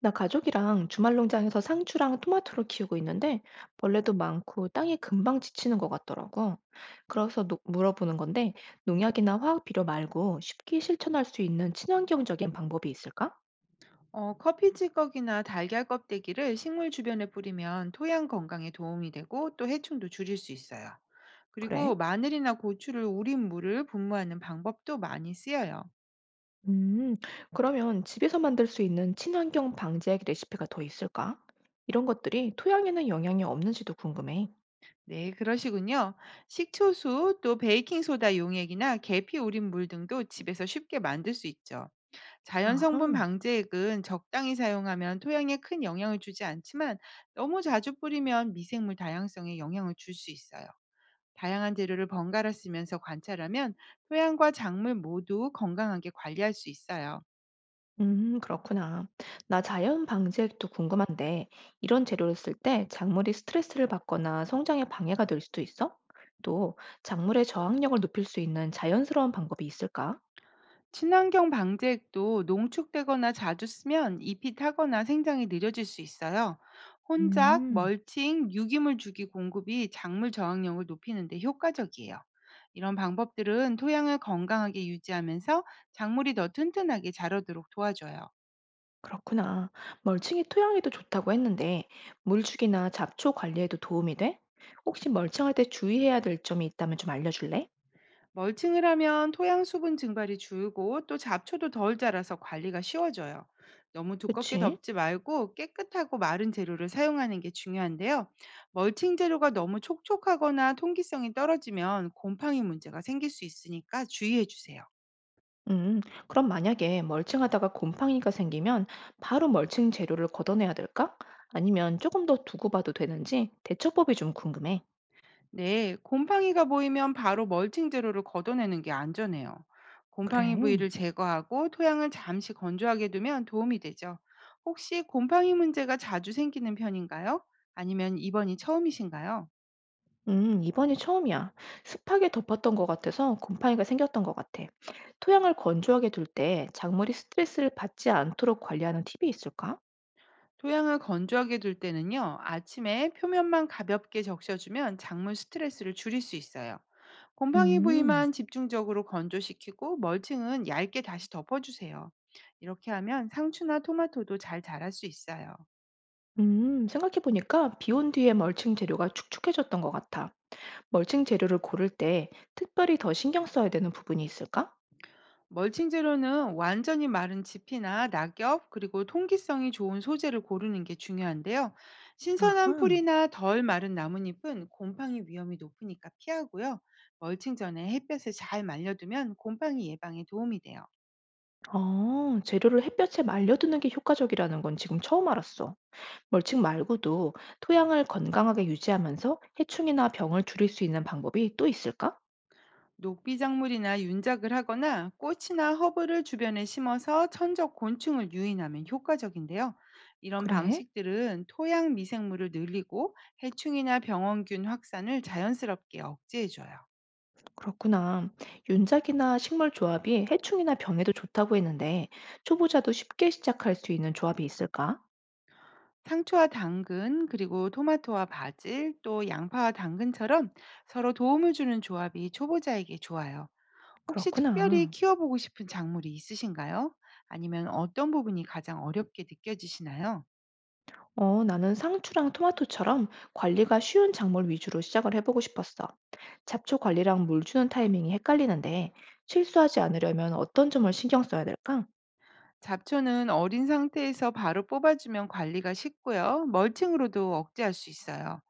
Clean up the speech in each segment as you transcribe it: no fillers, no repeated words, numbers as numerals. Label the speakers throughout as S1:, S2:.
S1: 나 가족이랑 주말 농장에서 상추랑 토마토를 키우고 있는데 벌레도 많고 땅이 금방 지치는 것 같더라고. 그래서 물어보는 건데 농약이나 화학 비료 말고 쉽게 실천할 수 있는 친환경적인 방법이 있을까?
S2: 커피 찌꺼기나 달걀 껍데기를 식물 주변에 뿌리면 토양 건강에 도움이 되고 또 해충도 줄일 수 있어요. 그리고
S1: 그래?
S2: 마늘이나 고추를 우린 물을 분무하는 방법도 많이 쓰여요.
S1: 음, 그러면 집에서 만들 수 있는 친환경 방제 레시피가 더 있을까? 이런 것들이 토양에는 영향이 없는지도 궁금해.
S2: 네, 그러시군요. 식초수, 또 베이킹소다 용액이나 계피 우린 물 등도 집에서 쉽게 만들 수 있죠. 자연 성분
S1: 아하.
S2: 방제액은 적당히 사용하면 토양에 큰 영향을 주지 않지만 너무 자주 뿌리면 미생물 다양성에 영향을 줄 수 있어요. 다양한 재료를 번갈아 쓰면서 관찰하면 토양과 작물 모두 건강하게 관리할 수 있어요.
S1: 그렇구나. 나 자연 방제액도 궁금한데, 이런 재료를 쓸 때 작물이 스트레스를 받거나 성장에 방해가 될 수도 있어? 또, 작물의 저항력을 높일 수 있는 자연스러운 방법이 있을까?
S2: 친환경 방제액도 농축되거나 자주 쓰면 잎이 타거나 생장이 느려질 수 있어요. 혼작,
S1: 음,
S2: 멀칭, 유기물 주기 공급이 작물 저항력을 높이는 데 효과적이에요. 이런 방법들은 토양을 건강하게 유지하면서 작물이 더 튼튼하게 자라도록 도와줘요.
S1: 그렇구나. 멀칭이 토양에도 좋다고 했는데, 물주기나 잡초 관리에도 도움이 돼? 혹시 멀칭할 때 주의해야 될 점이 있다면 좀 알려줄래?
S2: 멀칭을 하면 토양 수분 증발이 줄고 또 잡초도 덜 자라서 관리가 쉬워져요. 너무 두껍게
S1: 그치?
S2: 덮지 말고 깨끗하고 마른 재료를 사용하는 게 중요한데요. 멀칭 재료가 너무 촉촉하거나 통기성이 떨어지면 곰팡이 문제가 생길 수 있으니까 주의해 주세요.
S1: 음, 그럼 만약에 멀칭하다가 곰팡이가 생기면 바로 멀칭 재료를 걷어내야 될까? 아니면 조금 더 두고 봐도 되는지 대처법이 좀 궁금해.
S2: 네, 곰팡이가 보이면 바로 멀칭 재료를 걷어내는 게 안전해요.
S1: 그래.
S2: 곰팡이 부위를 제거하고 토양을 잠시 건조하게 두면 도움이 되죠. 혹시 곰팡이 문제가 자주 생기는 편인가요? 아니면 이번이 처음이신가요?
S1: 이번이 처음이야. 습하게 덮었던 것 같아서 곰팡이가 생겼던 것 같아. 토양을 건조하게 둘 때 작물이 스트레스를 받지 않도록 관리하는 팁이 있을까?
S2: 토양을 건조하게 둘 때는요, 아침에 표면만 가볍게 적셔주면 작물 스트레스를 줄일 수 있어요. 곰팡이
S1: 음,
S2: 부위만 집중적으로 건조시키고 멀칭은 얇게 다시 덮어주세요. 이렇게 하면 상추나 토마토도 잘 자랄 수 있어요.
S1: 생각해보니까 비 온 뒤에 멀칭 재료가 축축해졌던 것 같아. 멀칭 재료를 고를 때 특별히 더 신경 써야 되는 부분이 있을까?
S2: 멀칭 재료는 완전히 마른 짚이나 낙엽, 그리고 통기성이 좋은 소재를 고르는 게 중요한데요. 신선한
S1: 아하.
S2: 풀이나 덜 마른 나뭇잎은 곰팡이 위험이 높으니까 피하고요. 멀칭 전에 햇볕에 잘 말려두면 곰팡이 예방에 도움이 돼요.
S1: 아 재료를 햇볕에 말려두는 게 효과적이라는 건 지금 처음 알았어. 멀칭 말고도 토양을 건강하게 유지하면서 해충이나 병을 줄일 수 있는 방법이 또 있을까?
S2: 녹비작물이나 윤작을 하거나 꽃이나 허브를 주변에 심어서 천적 곤충을 유인하면 효과적인데요. 이런
S1: 그래?
S2: 방식들은 토양 미생물을 늘리고 해충이나 병원균 확산을 자연스럽게 억제해줘요.
S1: 그렇구나. 윤작이나 식물 조합이 해충이나 병에도 좋다고 했는데 초보자도 쉽게 시작할 수 있는 조합이 있을까?
S2: 상추와 당근, 그리고 토마토와 바질, 또 양파와 당근처럼 서로 도움을 주는 조합이 초보자에게 좋아요. 혹시 특별히
S1: 그렇구나.
S2: 키워보고 싶은 작물이 있으신가요? 아니면 어떤 부분이 가장 어렵게 느껴지시나요?
S1: 어, 나는 상추랑 토마토처럼 관리가 쉬운 작물 위주로 시작을 해보고 싶었어. 잡초 관리랑 물 주는 타이밍이 헷갈리는데 실수하지 않으려면 어떤 점을 신경 써야 될까?
S2: 잡초는 어린 상태에서 바로 뽑아주면 관리가 쉽고요. 멀칭으로도 억제할 수 있어요.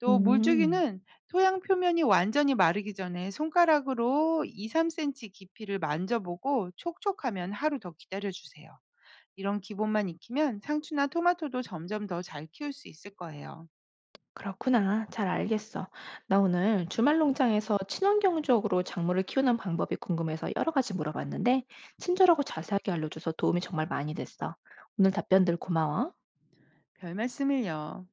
S2: 또
S1: 음,
S2: 물주기는 토양 표면이 완전히 마르기 전에 손가락으로 2, 3cm 깊이를 만져보고 촉촉하면 하루 더 기다려주세요. 이런 기본만 익히면 상추나 토마토도 점점 더 잘 키울 수 있을 거예요.
S1: 그렇구나. 잘 알겠어. 나 오늘 주말 농장에서 친환경적으로 작물을 키우는 방법이 궁금해서 여러 가지 물어봤는데 친절하고 자세하게 알려줘서 도움이 정말 많이 됐어. 오늘 답변들 고마워.
S2: 별 말씀을요.